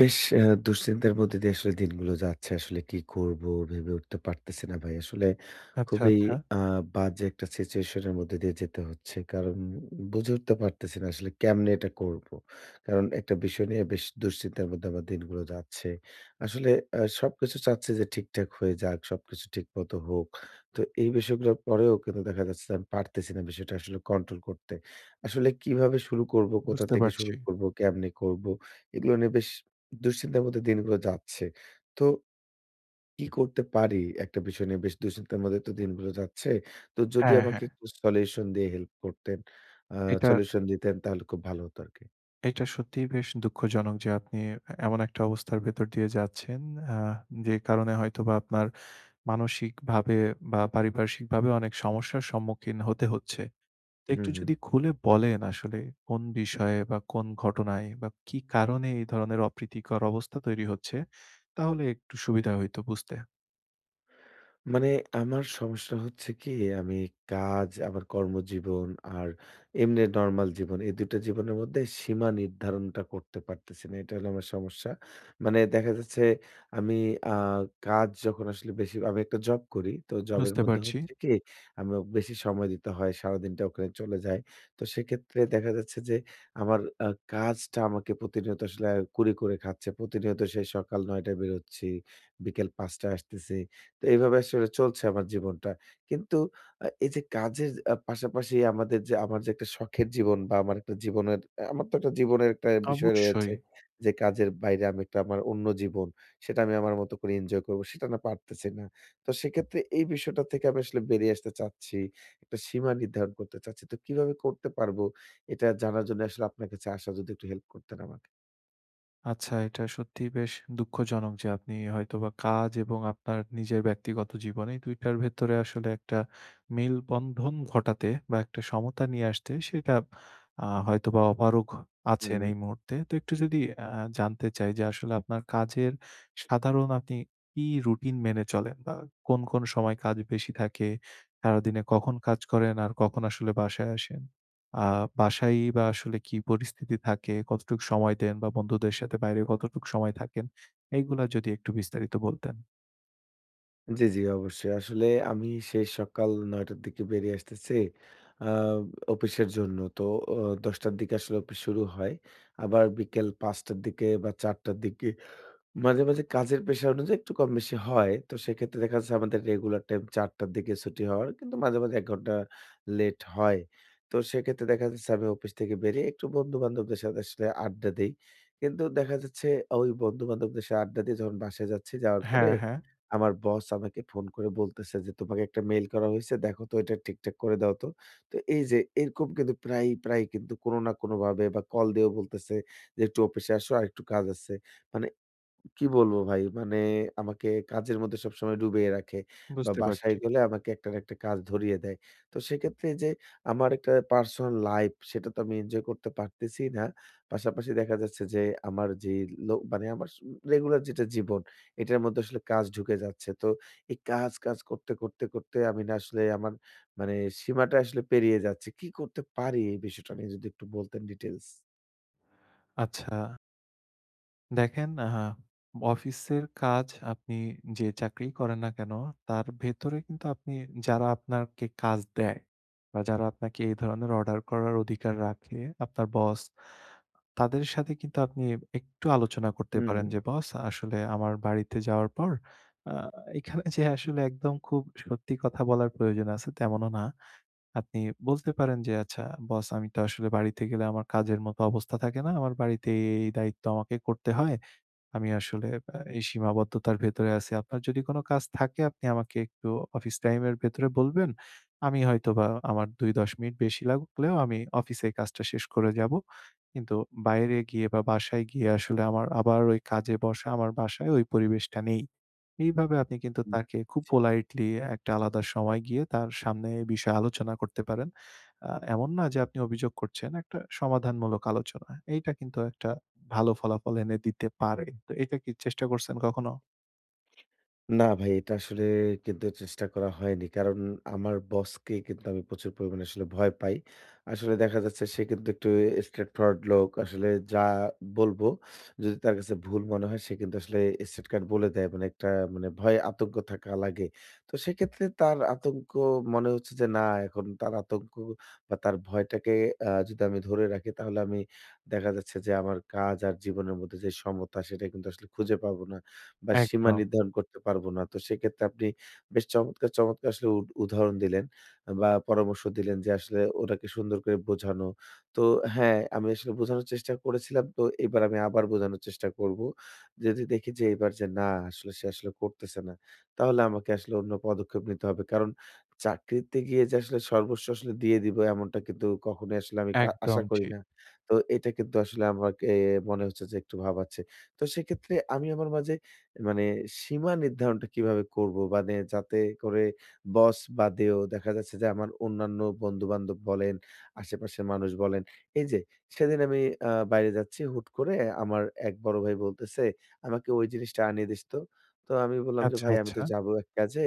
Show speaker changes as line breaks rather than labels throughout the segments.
বেশ দুশ্চিন্তার মধ্যে দিয়ে আসলে দিনগুলো যাচ্ছে। আসলে কি করব ভেবে উঠতে পারতেছি না ভাই। আসলে
আচ্ছা,
খুবই
আচ্ছা।
আ বাজে একটা সিচুয়েশন এর মধ্যে দিয়ে যেতে হচ্ছে। কারণ বুঝে উঠতে পারতেছি না আসলে কেমনে এটা করব। কারণ একটা বিষয় নিয়ে বেশ দুশ্চিন্তার মধ্যে আমার দিনগুলো যাচ্ছে। আসলে সবকিছু চাচ্ছি যে ঠিকঠাক হয়ে যাক, সবকিছু ঠিকমতো হোক। তো এই বিষয়গুলোর পরেও কিন্তু দেখা যাচ্ছে যে আমি পারতেছি না বিষয়টা আসলে কন্ট্রোল করতে। আসলে কিভাবে শুরু করব, কোথা
বুঝতে
থেকে শুরু
পারছি।
করব, কেমনে করব? এগুলো নিয়ে বেশ দুশ্চিন্তার মধ্যে দিনগুলো যাচ্ছে। তো কি করতে পারি? একটা বিষয় নিয়ে বেশ দুশ্চিন্তার মধ্যে তো দিনগুলো যাচ্ছে। তো যদি
হ্যাঁ,
আমাকে
হ্যাঁ।
একটু সলিউশন দিয়ে হেল্প করতেন, আ
এটা
সলিউশন দিতেন তাহলে খুব ভালো হতো আরকি।
এটা সত্যিই বেশ দুঃখজনক যে আপনি এমন একটা অবস্থার ভেতর দিয়ে যাচ্ছেন। আ যে কারণে হয়তোবা আপনার মানসিকভাবে বা পারিপার্শ্বিকভাবে অনেক সমস্যার সম্মুখীন হতে হচ্ছে। তো
হু,
একটু
হু।
যদি খুলে বলেন আসলে কোন বিষয়ে বা কোন ঘটনায় বা কি কারণে এই ধরনের অপ্রীতিকর অবস্থা তৈরি হচ্ছে? তাহলে একটু সুবিধা হইতো বুঝতে।
মানে আমার সমস্যা হচ্ছে কি আমি কাজ, আমার কর্মজীবন আর এমনি নরমাল জীবন এই ২ টা জীবনের মধ্যে সীমা নির্ধারণটা করতে পারতেছি না। এটা হলো আমার সমস্যা। মানে দেখা যাচ্ছে আমি আ কাজ যখন আসলে বেশি আমি একটা জব করি। তো জবের
বুঝতে
মধ্যে
পারছি।
হচ্ছে কি আমি বেশি সময় দিতে হয়। সারাদিনটা ওখানে চলে যায়। তো সেক্ষেত্রে দেখা যাচ্ছে যে আমার আ কাজটা আমাকে প্রতিনিয়ত আসলে কুরে, কুরে খাচ্ছে। প্রতিনিয়ত সেই সকাল ৯ টায় বের হচ্ছি, বিকেল ৫ টায় আসতেছি। তো এইভাবে আসলে চলছে আমার জীবনটা। কিন্তু এই যে কাজের পাশাপাশি আমাদের যে আমার যে একটা শখের জীবন বা আমার একটা জীবনের আমার তো একটা জীবনের একটা বিষয়
অবশ্যই।
রয়েছে যে কাজের বাইরে আমি একটা আমার অন্য জীবন, সেটা আমি আমার মতো করে এনজয় করব, সেটা না পারতেছি না। তো সেক্ষেত্রে এই বিষয়টা থেকে আমি আসলে বেরিয়ে আসতে চাচ্ছি। একটা সীমা নির্ধারণ করতে চাচ্ছি। তো কিভাবে করতে পারবো এটা জানার জন্য আসলে আপনার কাছে আসা যদি একটু হেল্প করতেন আমাকে।
আচ্ছা, এটা সত্যিই বেশ দুঃখজনক যে আপনি হয়তোবা কাজ এবং আপনার নিজের ব্যক্তিগত জীবন এই ২ টার ভেতরে আসলে একটা মেলবন্ধন ঘটাতে বা একটা সমতা নিয়ে আসতে সেটা হয়তোবা অপারগ আছেন
হুম।
এই মুহূর্তে। তো একটু যদি আ জানতে চাই যে আসলে আপনার কাজের সাধারণ আপনি কি রুটিন মেনে চলেন? বা কোন, কোন সময় কাজ বেশি থাকে? সারাদিনে কখন কাজ করেন আর কখন আসলে বাসায় আসেন? আ বাসায় বা আসলে কি পরিস্থিতি থাকে, কতটুকু সময় দেন বা বন্ধুদের সাথে বাইরে কতটুকু সময় থাকেন? এইগুলা যদি একটু বিস্তারিত বলতেন।
জি, জি, অবশ্যই। আসলে আমি সেই সকাল ৯ টার দিকে বেরিয়ে আসতেছি আ অফিসের জন্য। তো অ ১০ টার দিকে আসলে অফিস শুরু হয়। আবার বিকেল ৫ টার দিকে বা ৪ টার দিকে মাঝে, মাঝে কাজের পেশা অনুযায়ী একটু কম বেশি হয়। তো সেক্ষেত্রে দেখা যাচ্ছে আমাদের রেগুলার টাইম ৪ টার দিকে ছুটি হওয়ার কিন্তু মাঝে, মাঝে ১ ঘন্টা লেট হয়। তো সেক্ষেত্রে দেখা যাচ্ছে আমি অফিস থেকে বেরিয়ে একটু বন্ধু-বান্ধবদের সাথে আসলে আড্ডা দেই। কিন্তু দেখা যাচ্ছে ওই বন্ধু-বান্ধবদের সাথে আড্ডা দিয়ে যখন বাসায় যাচ্ছি, যাওয়ার পরে
হ্যাঁ, হ্যাঁ,
আমার বস আমাকে ফোন করে বলতেছে যে, "তোমাকে একটা মেইল করা হয়েছে। দেখো তো এটা ঠিকঠাক করে দাও তো।" তো এই যে এরকম কিন্তু প্রায়ই, প্রায়ই কিন্তু কোনো না কোনোভাবে বা কল দিয়েও বলতেছে যে, "একটু অফিসে আসো আরেকটু কাজ আছে।" মানে কি বলবো ভাই? মানে আমাকে কাজের মধ্যে সবসময় ডুবিয়ে রাখে বা
বুঝতে
বাসায়
পারছি।
গেলে আমাকে একটা না একটা কাজ ধরিয়ে দেয়। তো সেক্ষেত্রে যে আমার একটা পার্সোনাল লাইফ সেটা তো আমি এনজয় করতে পারতেছি না। পাশাপাশি দেখা যাচ্ছে যে আমার যে মানে আমার রেগুলার যেটা জীবন এটার মধ্যে আসলে কাজ ঢুকে যাচ্ছে। তো এই কাজ, কাজ করতে, করতে, করতে আমি না আসলে আমার মানে সীমাটা আসলে পেরিয়ে যাচ্ছে। কি করতে পারি এই বিষয়টা নিয়ে যদি একটু বলতেন ডিটেইলস?
আচ্ছা। দেখেন অফিসের কাজ আপনি যে চাকরিই করেন না কেন, তার ভেতরে কিন্তু আপনি যারা আপনাকে কাজ দেয় বা যারা আপনাকে এই ধরনের অর্ডার করার অধিকার রাখে, আপনার বস, তাদের সাথে কিন্তু আপনি একটু আলোচনা করতে
হুম,
পারেন
হুম।
যে, "বস আসলে আমার বাড়িতে যাওয়ার পর আ এখানে যে আসলে একদম খুব সত্যি কথা বলার প্রয়োজন আছে তেমনও না।" আপনি বলতে পারেন যে, "আচ্ছা বস আমি তো আসলে বাড়িতে গেলে আমার কাজের মতো অবস্থা থাকে না। আমার বাড়িতে এই, এই দায়িত্ব আমাকে করতে হয়। আমি আসলে এই সীমাবদ্ধতার ভেতরে আছি। আপনার যদি কোন কাজ থাকে আপনি আমাকে একটু অফিস টাইমের ভেতরে বলবেন। আমি হয়তোবা আমার ২-১০ মিনিট বেশি লাগলেও আমি অফিসে কাজটা শেষ করে যাব। কিন্তু বাইরে গিয়ে বা বাসায় গিয়ে আসলে আমার আবার ওই কাজে বসা, আমার বাসায় ওই পরিবেশটা নেই। এইভাবে আপনি কিন্তু
বুঝছি।
তাকে খুব পোলাইটলি একটা আলাদা সময় গিয়ে তার সামনে এ বিষয়ে আলোচনা করতে পারেন। এমন না যে আপনি অভিযোগ করছেন, একটা সমাধানমূলক আলোচনা। এইটা কিন্তু একটা ভালো ফলাফল এনে দিতে পারে। তো এটা কি চেষ্টা করছেন কখনো?
না ভাই, এটা আসলে কিন্তু চেষ্টা করা হয়নি। কারণ আমার বসকে কিন্তু আমি প্রচুর পরিমাণে আসলে ভয় পাই। আসলে দেখা যাচ্ছে সে কিন্তু একটু straight forward লোক। আসলে যা বলবো যদি তার কাছে ভুল মনে হয় সে কিন্তু আসলে straight cut বলে দেয়। মানে একটা মানে ভয় আতঙ্ক থাকা লাগে। তো সেক্ষেত্রে তার আতঙ্ক মনে হচ্ছে যে না এখন তার আতঙ্ক বা তার ভয়টাকে যদি আমি ধরে রাখি তাহলে আমি দেখা যাচ্ছে যে আমার কাজ আর জীবনের মধ্যে যে সমতা সেটা কিন্তু আসলে খুঁজে পাবো না। বা সীমা
একদম,
নির্ধারণ করতে পারবো না। তো সেক্ষেত্রে আপনি বেশ চমৎকার, চমৎকার আসলে উদাহরণ দিলেন বা পরামর্শ দিলেন যে আসলে ওনাকে সুন্দর করে বোঝানো। তো হ্যাঁ, আমি আসলে বোঝানোর চেষ্টা করেছিলাম। তো এবার আমি আবার বোঝানোর চেষ্টা করব। যদি দেখি যে এবার যে না আসলে সে আসলে করতেছে না, তাহলে আমাকে আসলে অন্য পদক্ষেপ নিতে হবে। কারণ চাকরিতে গিয়ে যে আসলে সর্বস্ব আসলে দিয়ে দিব এমনটা কিন্তু কখনোই আসলে আমি
একদম
আশা করি
ঠিক।
না। তো এটা কিন্তু আসলে আমাকে মনে হচ্ছে যে একটু ভাবাচ্ছে। তো সেক্ষেত্রে আমি আমার মাঝে মানে সীমা নির্ধারণটা কিভাবে করব? মানে যাতে করে বস বাদেও দেখা যাচ্ছে যে আমার অন্যান্য বন্ধু-বান্ধব বলেন, আশেপাশের মানুষ বলেন। এই যে সেদিন আমি বাইরে যাচ্ছি হুট করে আমার এক বড় ভাই বলতেছে, "আমাকে ওই জিনিসটা আনিয়ে দিস তো।" তো আমি বললাম যে,
আচ্ছা,
"ভাই আমি
আচ্ছা।
তো যাবো এক কাজে।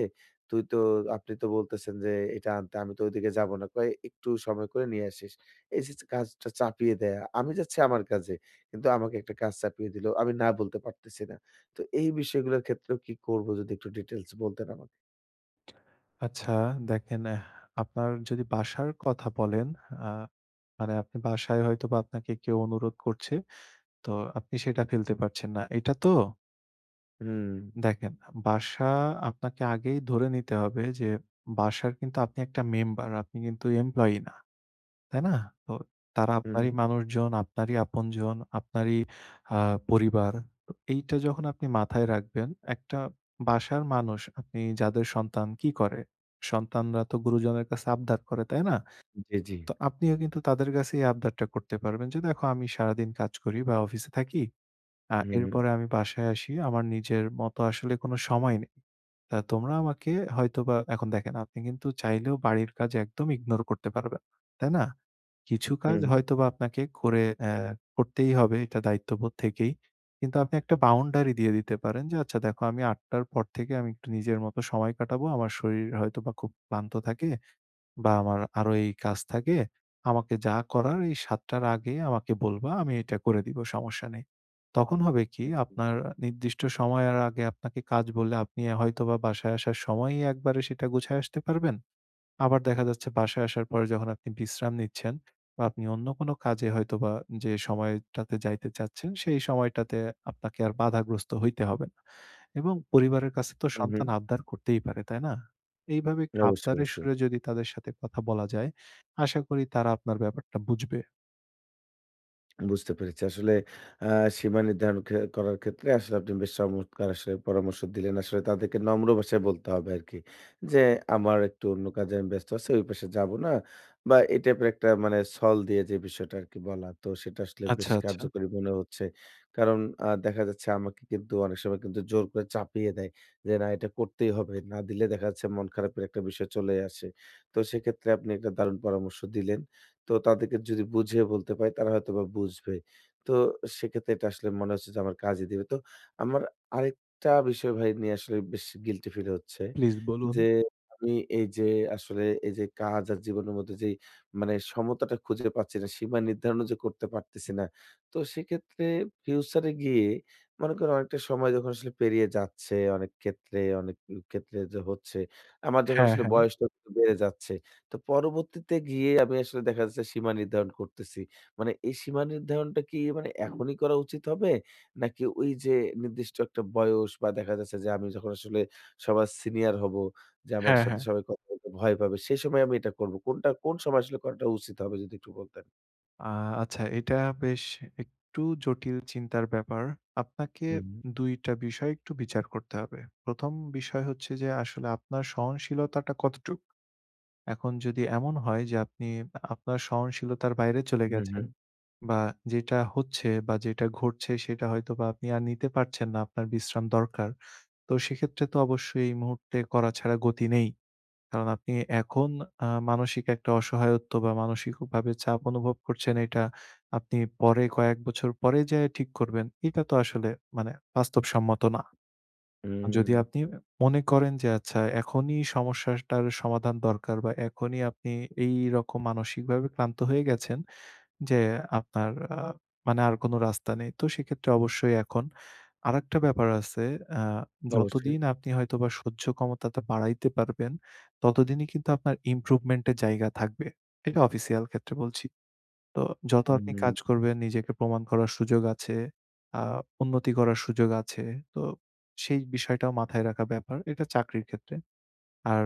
তুই তো আপনি তো বলতেছেন যে এটা আনতে আমি তো ওইদিকে যাবো না।" কয়, "একটু সময় করে নিয়ে আসিস।" এই যে কাজটা চাপিয়ে দেয়া। আমি যাচ্ছি আমার কাজে। কিন্তু আমাকে একটা কাজ চাপিয়ে দিল। আমি না বলতে পারতেছি না। তো এই বিষয়গুলোর ক্ষেত্রেও কি করব যদি একটু ডিটেইলস বলতেন আমাকে?
আচ্ছা দেখেন আপনার যদি বাসার কথা বলেন, আ মানে আপনি বাসায় হয়তোবা আপনাকে কেউ অনুরোধ করছে। তো আপনি সেটা ফেলতে পারছেন না। এটা তো
হুম,
দেখেন বাসা আপনাকে আগেই ধরে নিতে হবে যে বাসার কিন্তু আপনি একটা মেম্বার, আপনি কিন্তু এমপ্লয়ি না। তাই না? তো তারা
হু, হু।
আপনারই মানুষজন, আপনারই আপনজন, আপনারই আ পরিবার। তো এইটা যখন আপনি মাথায় রাখবেন, একটা বাসার মানুষ আপনি যাদের সন্তান কি করে? সন্তানরা তো গুরুজনের কাছে আবদার করে, তাই না?
জি, জি।
তো আপনিও কিন্তু তাদের কাছে এই আবদারটা করতে পারবেন যে, "দেখো আমি সারাদিন কাজ করি বা অফিসে থাকি।
হু, হু,
এরপরে আমি বাসায় আসি। আমার নিজের মতো আসলে কোনো সময় নেই। তা তোমরা আমাকে হয়তোবা এখন দেখেন আপনি কিন্তু চাইলেও বাড়ির কাজ একদম ইগনোর করতে পারবেন না। তাই না? কিছু
হু,
কাজ
হু,
হয়তোবা আপনাকে করে করতেই হবে এটা দায়িত্ববোধ থেকেই। কিন্তু আপনি একটা বাউন্ডারি দিয়ে দিতে পারেন যে, "আচ্ছা দেখো আমি ৮ টার পর থেকে আমি একটু নিজের মতো সময় কাটাবো। আমার শরীর হয়তোবা খুব ক্লান্ত থাকে। বা আমার আরো এই কাজ থাকে। আমাকে যা করার এই ৭ টার আগে আমাকে বলবা, আমি এটা করে দিব, সমস্যা নেই। তখন হবে কি আপনার নির্দিষ্ট সময়ের আগে আপনাকে কাজ বললে আপনি হয়তোবা বাসায় আসার সময়ই একবারে সেটা গুছায় আসতে পারবেন। আবার দেখা যাচ্ছে বাসায় আসার পরে যখন আপনি বিশ্রাম নিচ্ছেন বা আপনি অন্য কোনো কাজে হয়তোবা যে সময়টাতে যাইতে চাচ্ছেন, সেই সময়টাতে আপনাকে আর বাধাগ্রস্ত হইতে হবে না। এবং পরিবারের কাছে তো
হু, হু।
সন্তান আবদার করতেই পারে, তাই না? এইভাবে একটু
অবশ্যই,
আবদারের
অবশ্যই।
সুরে যদি তাদের সাথে কথা বলা যায়, আশা করি তারা আপনার ব্যাপারটা বুঝবে।
বুঝতে পেরেছি। আসলে আ সীমা নির্ধারণ করার ক্ষেত্রে আসলে আপনি বেশ চমৎকার আসলে পরামর্শ দিলেন। আসলে তাদেরকে নম্র ভাষায় বলতে হবে আরকি। যে আমার একটু অন্য কাজে আমি ব্যস্ত আছি, ওই পাশে যাব না। বা এই টাইপের একটা মানে ছল দিয়ে যে বিষয়টা আরকি বলা। তো সেটা আসলে বেশ
আচ্ছা, আচ্ছা।
কার্যকরী মনে হচ্ছে। কারণ দেখা যাচ্ছে আমাকে কিন্তু অনেক সময় কিন্তু জোর করে চাপিয়ে দেয়। যে না এটা করতেই হবে। না দিলে দেখা যাচ্ছে মন খারাপের একটা বিষয় চলে আসে। তো সেক্ষেত্রে আপনি একটা দারুণ পরামর্শ দিলেন। তো তাদেরকে যদি বুঝিয়ে বলতে পারি তারা হয়তোবা বুঝবে। তো সেক্ষেত্রে এটা আসলে মনে হচ্ছে যে আমার কাজে দিবে। তো আমার আরেকটা বিষয় ভাই নিয়ে আসলে বেশ গিল্টি ফিল হচ্ছে।
প্লিজ বলুন।
যে আমি এই যে আসলে এই যে কাজ আর জীবনের মধ্যে যেই মানে সমতাটা খুঁজে পাচ্ছি না, সীমা নির্ধারণও যে করতে পারতেছি না। তো সেক্ষেত্রে ফিউচারে গিয়ে মনে করেন অনেকটা সময় যখন আসলে পেরিয়ে যাচ্ছে অনেক ক্ষেত্রে, অনেক ক্ষেত্রে যে হচ্ছে, আমার যখন
হ্যাঁ,
আসলে
হ্যাঁ।
বয়সটা একটু বেড়ে যাচ্ছে তো পরবর্তীতে গিয়ে আমি আসলে দেখা যাচ্ছে সীমা নির্ধারণ করতেছি। মানে এই সীমা নির্ধারণটা কি মানে এখনই করা উচিত হবে? নাকি ওই যে নির্দিষ্ট একটা বয়স বা দেখা যাচ্ছে যে আমি যখন আসলে সবার সিনিয়র হবো, যে আমার
হ্যাঁ,
সাথে
হ্যাঁ।
সবাই কথা বলতে ভয় পাবে, সেই সময় আমি এটা করব। কোনটা কোন সময় আসলে করাটা উচিত হবে যদি একটু বলতেন?
আ আচ্ছা এটা বেশ একটু জটিল চিন্তার ব্যাপার। আপনাকে
হুম,
২ টা বিষয় একটু বিচার করতে হবে। ১ম বিষয় হচ্ছে যে আসলে আপনার সহনশীলতাটা কতটুক? এখন যদি এমন হয় যে আপনি আপনার সহনশীলতার বাইরে চলে
হুম, হুম,
গেছেন বা যেটা হচ্ছে বা যেটা ঘটছে সেটা হয়তোবা আপনি আর নিতে পারছেন না, আপনার বিশ্রাম দরকার। তো সেক্ষেত্রে তো অবশ্যই এই মুহূর্তে করা ছাড়া গতি নেই। কারণ আপনি এখন মানসিক একটা অসহায়ত্ব বা মানসিকভাবে চাপ অনুভব করছেন এটা আপনি পরে কয়েক বছর পরে যেয়ে ঠিক করবেন। এটা তো আসলে মানে বাস্তবসম্মত না।
হুম,
যদি আপনি মনে করেন যে আচ্ছা এখনই সমস্যাটার সমাধান দরকার বা এখনই আপনি এইরকম মানসিকভাবে ক্লান্ত হয়ে গেছেন যে আপনার মানে আর কোনো রাস্তা নেই। তো সেক্ষেত্রে অবশ্যই এখন আরেকটা ব্যাপার আছে। আ
অবশ্যই।
যতদিন আপনি হয়তোবা সহ্য ক্ষমতাটা বাড়াইতে পারবেন, ততদিনই কিন্তু আপনার ইমপ্রুভমেন্ট এর জায়গা থাকবে। এটা অফিসিয়াল ক্ষেত্রে বলছি। তো যত আপনি
হুম,
কাজ করবেন নিজেকে প্রমাণ করার সুযোগ আছে, আ উন্নতি করার সুযোগ আছে। তো সেই বিষয়টাও মাথায় রাখা ব্যাপার। এটা চাকরির ক্ষেত্রে। আর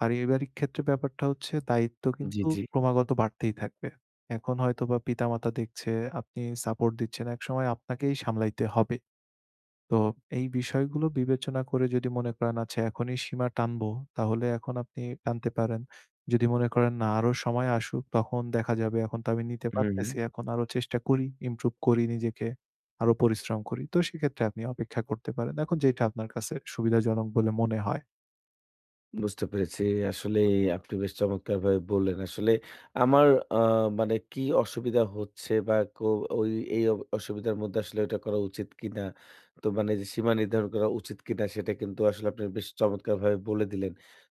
পারিবারিক ক্ষেত্রে ব্যাপারটা হচ্ছে দায়িত্ব
জি,
কিন্তু
জি।
ক্রমাগত বাড়তেই থাকবে। এখন হয়তোবা পিতামাতা দেখছে আপনি সাপোর্ট দিচ্ছেন, একসময় আপনাকেই সামলাইতে হবে। তো এই বিষয়গুলো বিবেচনা করে যদি মনে করেন আচ্ছা এখনই সীমা টানবো, তাহলে এখন আপনি টানতে পারেন। যদি মনে করেন না আরো সময় আসুক তখন দেখা যাবে এখন তো আমি নিতে
হুম, হুম।
পারতেছি। এখন আরো চেষ্টা করি, ইমপ্রুভ করি নিজেকে, আরো পরিশ্রম করি। তো সেক্ষেত্রে আপনি অপেক্ষা করতে পারেন। এখন যেটা আপনার কাছে সুবিধাজনক বলে মনে হয়।
বুঝতে পেরেছি। আসলেই আপনি বেশ চমৎকারভাবে বললেন। আসলে আমার আ মানে কি অসুবিধা হচ্ছে বা ওই এই অসুবিধার মধ্যে আসলে ওটা করা উচিত কিনা? তো মানে যে সীমা নির্ধারণ করা উচিত কিনা? সেটা কিন্তু আসলে আপনি বেশ চমৎকারভাবে বলে দিলেন।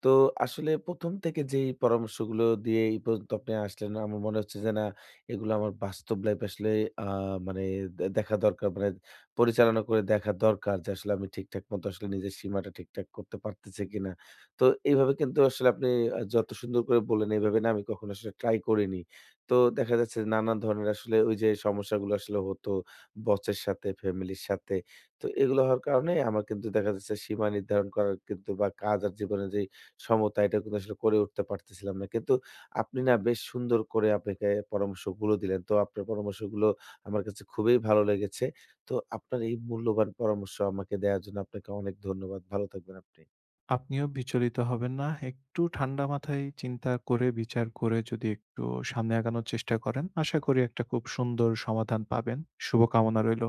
তো আসলে ১ম থেকে যেই পরামর্শগুলো দিয়ে এই পর্যন্ত আপনি আসলেন, আমার মনে হচ্ছে যে না এগুলো আমার বাস্তব লাইফে আসলে আ মানে দেখা দরকার। মানে পরিচালনা করে দেখা দরকার যে আসলে আমি ঠিকঠাক মতো আসলে নিজের সীমাটা ঠিকঠাক করতে পারতেছি কিনা? তো এইভাবে কিন্তু আসলে আপনি যত সুন্দর করে বললেন, এভাবে না আমি কখনো আসলে ট্রাই করিনি। তো দেখা যাচ্ছে নানা ধরনের আসলে ওই যে সমস্যাগুলো আসলে হতো বসের সাথে, ফ্যামিলির সাথে। তো এগুলো হওয়ার কারণে আমার কিন্তু দেখা যাচ্ছে সীমা নির্ধারণ করার কিন্তু বা কাজ আর জীবনের যেই সমতা এটা কিন্তু আসলে করে উঠতে পারতেছিলাম না। কিন্তু আপনি না বেশ সুন্দর করে আপনাকে পরামর্শগুলো দিলেন। তো আপনার পরামর্শগুলো আমার কাছে খুবই ভালো লেগেছে। তো আপনার এই মূল্যবান পরামর্শ আমাকে দেওয়ার জন্য আপনাকে অনেক ধন্যবাদ। ভালো থাকবেন আপনি।
আপনিও বিচলিত হবেন না। একটু ঠান্ডা মাথায় চিন্তা করে, বিচার করে যদি একটু সামনে আগানোর চেষ্টা করেন, আশা করি একটা খুব সুন্দর সমাধান পাবেন। শুভকামনা রইল।